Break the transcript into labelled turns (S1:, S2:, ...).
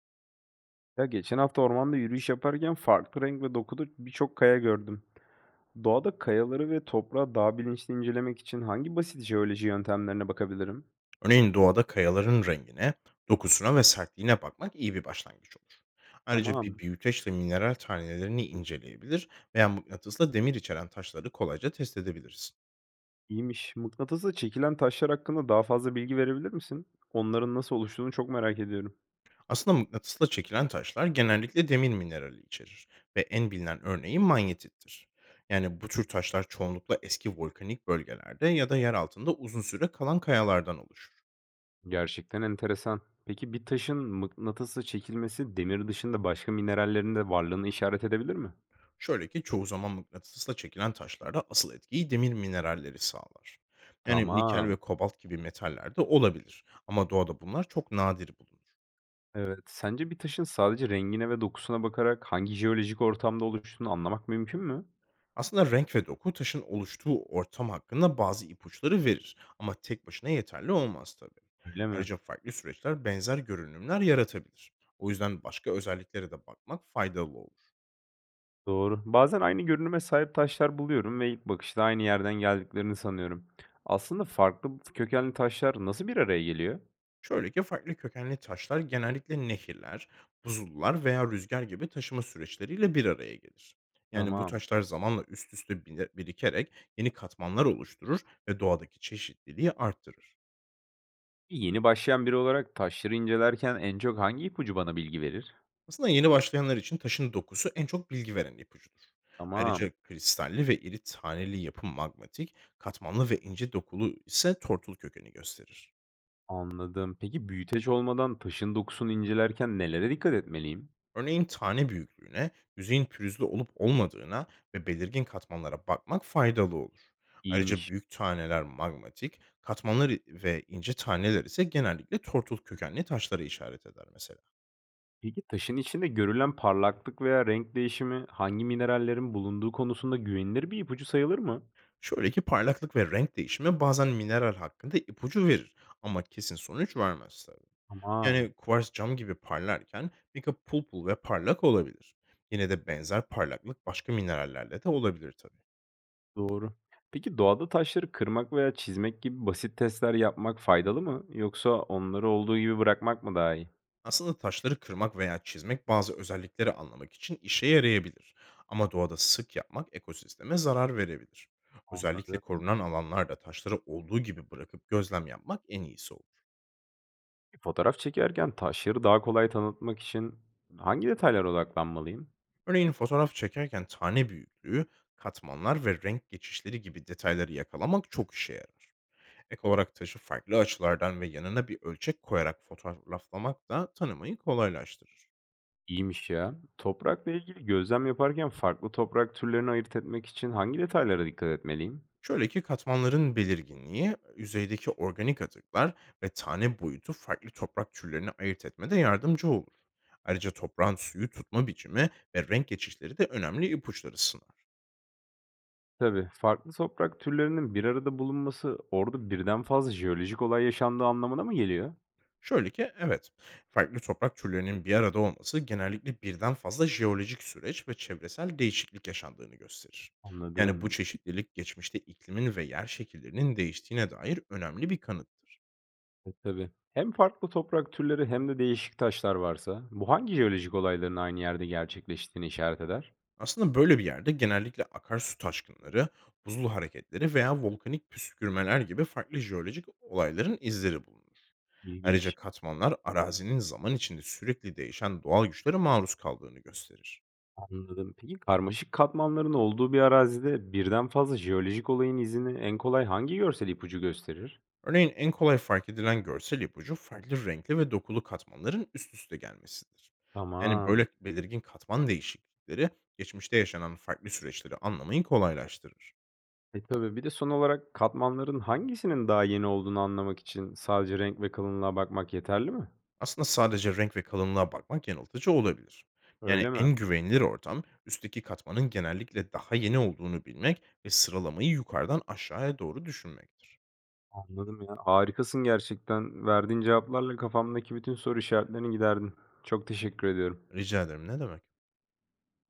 S1: Ya geçen hafta ormanda yürüyüş yaparken farklı renk ve dokuda birçok kaya gördüm. Doğada kayaları ve toprağı daha bilinçli incelemek için hangi basit jeoloji yöntemlerine bakabilirim?
S2: Örneğin doğada kayaların rengine, dokusuna ve sertliğine bakmak iyi bir başlangıç olur. Ayrıca bir
S1: Tamam,
S2: büyüteçle mineral tanelerini inceleyebilir veya mıknatısla demir içeren taşları kolayca test edebiliriz.
S1: iyiymiş. Mıknatısla çekilen taşlar hakkında daha fazla bilgi verebilir misin? Onların nasıl oluştuğunu çok merak ediyorum.
S2: Aslında mıknatısla çekilen taşlar genellikle demir minerali içerir ve en bilinen örneği manyetittir. Yani bu tür taşlar çoğunlukla eski volkanik bölgelerde ya da yer altında uzun süre kalan kayalardan oluşur.
S1: Gerçekten enteresan. Peki bir taşın mıknatısla çekilmesi demir dışında başka minerallerin de varlığını işaret edebilir mi?
S2: Şöyle ki çoğu zaman mıknatısla çekilen taşlarda asıl etkiyi demir mineralleri sağlar. Yani nikel ve
S1: Tamam.
S2: kobalt gibi metaller de olabilir, ama doğada bunlar çok nadir bulunur.
S1: Evet. Sence bir taşın sadece rengine ve dokusuna bakarak hangi jeolojik ortamda oluştuğunu anlamak mümkün mü?
S2: Aslında renk ve doku taşın oluştuğu ortam hakkında bazı ipuçları verir, ama tek başına yeterli olmaz tabii.
S1: Öyle mi?
S2: Ayrıca farklı süreçler benzer görünümler yaratabilir. O yüzden başka özelliklere de bakmak faydalı olur.
S1: Doğru. Bazen aynı görünüme sahip taşlar buluyorum ve ilk bakışta aynı yerden geldiklerini sanıyorum. Aslında farklı kökenli taşlar nasıl bir araya geliyor?
S2: Şöyle ki farklı kökenli taşlar genellikle nehirler, buzullar veya rüzgar gibi taşıma süreçleriyle bir araya gelir. Yani bu
S1: Tamam.
S2: taşlar zamanla üst üste birikerek yeni katmanlar oluşturur ve doğadaki çeşitliliği arttırır.
S1: Yeni başlayan biri olarak taşları incelerken en çok hangi ipucu bana bilgi verir?
S2: Aslında yeni başlayanlar için taşın dokusu en çok bilgi veren ipucudur.
S1: Tamam.
S2: Ayrıca kristalli ve iri taneli yapı magmatik, katmanlı ve ince dokulu ise tortul kökeni gösterir.
S1: Anladım. Peki büyüteç olmadan taşın dokusunu incelerken nelere dikkat etmeliyim?
S2: Örneğin tane büyüklüğüne, yüzeyin pürüzlü olup olmadığına ve belirgin katmanlara bakmak faydalı olur. Ayrıca
S1: İyiymiş.
S2: büyük taneler magmatik, katmanlar ve ince taneler ise genellikle tortul kökenli taşlara işaret eder mesela.
S1: Peki taşın içinde görülen parlaklık veya renk değişimi hangi minerallerin bulunduğu konusunda güvenilir bir ipucu sayılır mı?
S2: Şöyle ki parlaklık ve renk değişimi bazen mineral hakkında ipucu verir, ama kesin sonuç vermez tabii.
S1: Tamam,
S2: Yani kuvars cam gibi parlarken mica pul pul ve parlak olabilir. Yine de benzer parlaklık başka minerallerle de olabilir tabii.
S1: doğru. Peki doğada taşları kırmak veya çizmek gibi basit testler yapmak faydalı mı? Yoksa onları olduğu gibi bırakmak mı daha iyi?
S2: Aslında taşları kırmak veya çizmek bazı özellikleri anlamak için işe yarayabilir. Ama doğada sık yapmak ekosisteme zarar verebilir. Özellikle
S1: Anladım.
S2: korunan alanlarda taşları olduğu gibi bırakıp gözlem yapmak en iyisi olur.
S1: Fotoğraf çekerken taşları daha kolay tanıtmak için hangi detaylara odaklanmalıyım?
S2: Örneğin fotoğraf çekerken tane büyüklüğü, katmanlar ve renk geçişleri gibi detayları yakalamak çok işe yarar. Ek olarak taşı farklı açılardan ve yanına bir ölçek koyarak fotoğraflamak da tanımayı kolaylaştırır.
S1: İyiymiş ya. Toprakla ilgili gözlem yaparken farklı toprak türlerini ayırt etmek için hangi detaylara dikkat etmeliyim?
S2: Şöyle ki katmanların belirginliği, yüzeydeki organik atıklar ve tane boyutu farklı toprak türlerini ayırt etmede yardımcı olur. Ayrıca toprağın suyu tutma biçimi ve renk geçişleri de önemli ipuçları sunar.
S1: Tabii, farklı toprak türlerinin bir arada bulunması orada birden fazla jeolojik olay yaşandığı anlamına mı geliyor?
S2: Şöyle ki evet, farklı toprak türlerinin bir arada olması genellikle birden fazla jeolojik süreç ve çevresel değişiklik yaşandığını gösterir. Yani bu
S1: Anladım.
S2: çeşitlilik geçmişte iklimin ve yer şekillerinin değiştiğine dair önemli bir kanıttır.
S1: E, tabii. Hem farklı toprak türleri hem de değişik taşlar varsa bu hangi jeolojik olayların aynı yerde gerçekleştiğini işaret eder?
S2: Aslında böyle bir yerde genellikle akarsu taşkınları, buzul hareketleri veya volkanik püskürmeler gibi farklı jeolojik olayların izleri bulunur. Ayrıca
S1: İlginç.
S2: katmanlar arazinin zaman içinde sürekli değişen doğal güçlere maruz kaldığını gösterir.
S1: Anladım. Peki karmaşık katmanların olduğu bir arazide birden fazla jeolojik olayın izini en kolay hangi görsel ipucu gösterir?
S2: Örneğin en kolay fark edilen görsel ipucu farklı renkli ve dokulu katmanların üst üste gelmesidir. Yani
S1: Tamam.
S2: böyle belirgin katman değişiklikleri geçmişte yaşanan farklı süreçleri anlamayı kolaylaştırır.
S1: E tabii bir de son olarak katmanların hangisinin daha yeni olduğunu anlamak için sadece renk ve kalınlığa bakmak yeterli mi?
S2: Aslında sadece renk ve kalınlığa bakmak yanıltıcı olabilir. Yani
S1: Öyle mi?
S2: en güvenilir ortam üstteki katmanın genellikle daha yeni olduğunu bilmek ve sıralamayı yukarıdan aşağıya doğru düşünmektir.
S1: Anladım ya. Harikasın gerçekten. Verdiğin cevaplarla kafamdaki bütün soru işaretlerini giderdin. Çok teşekkür ediyorum.
S2: Rica ederim, ne demek?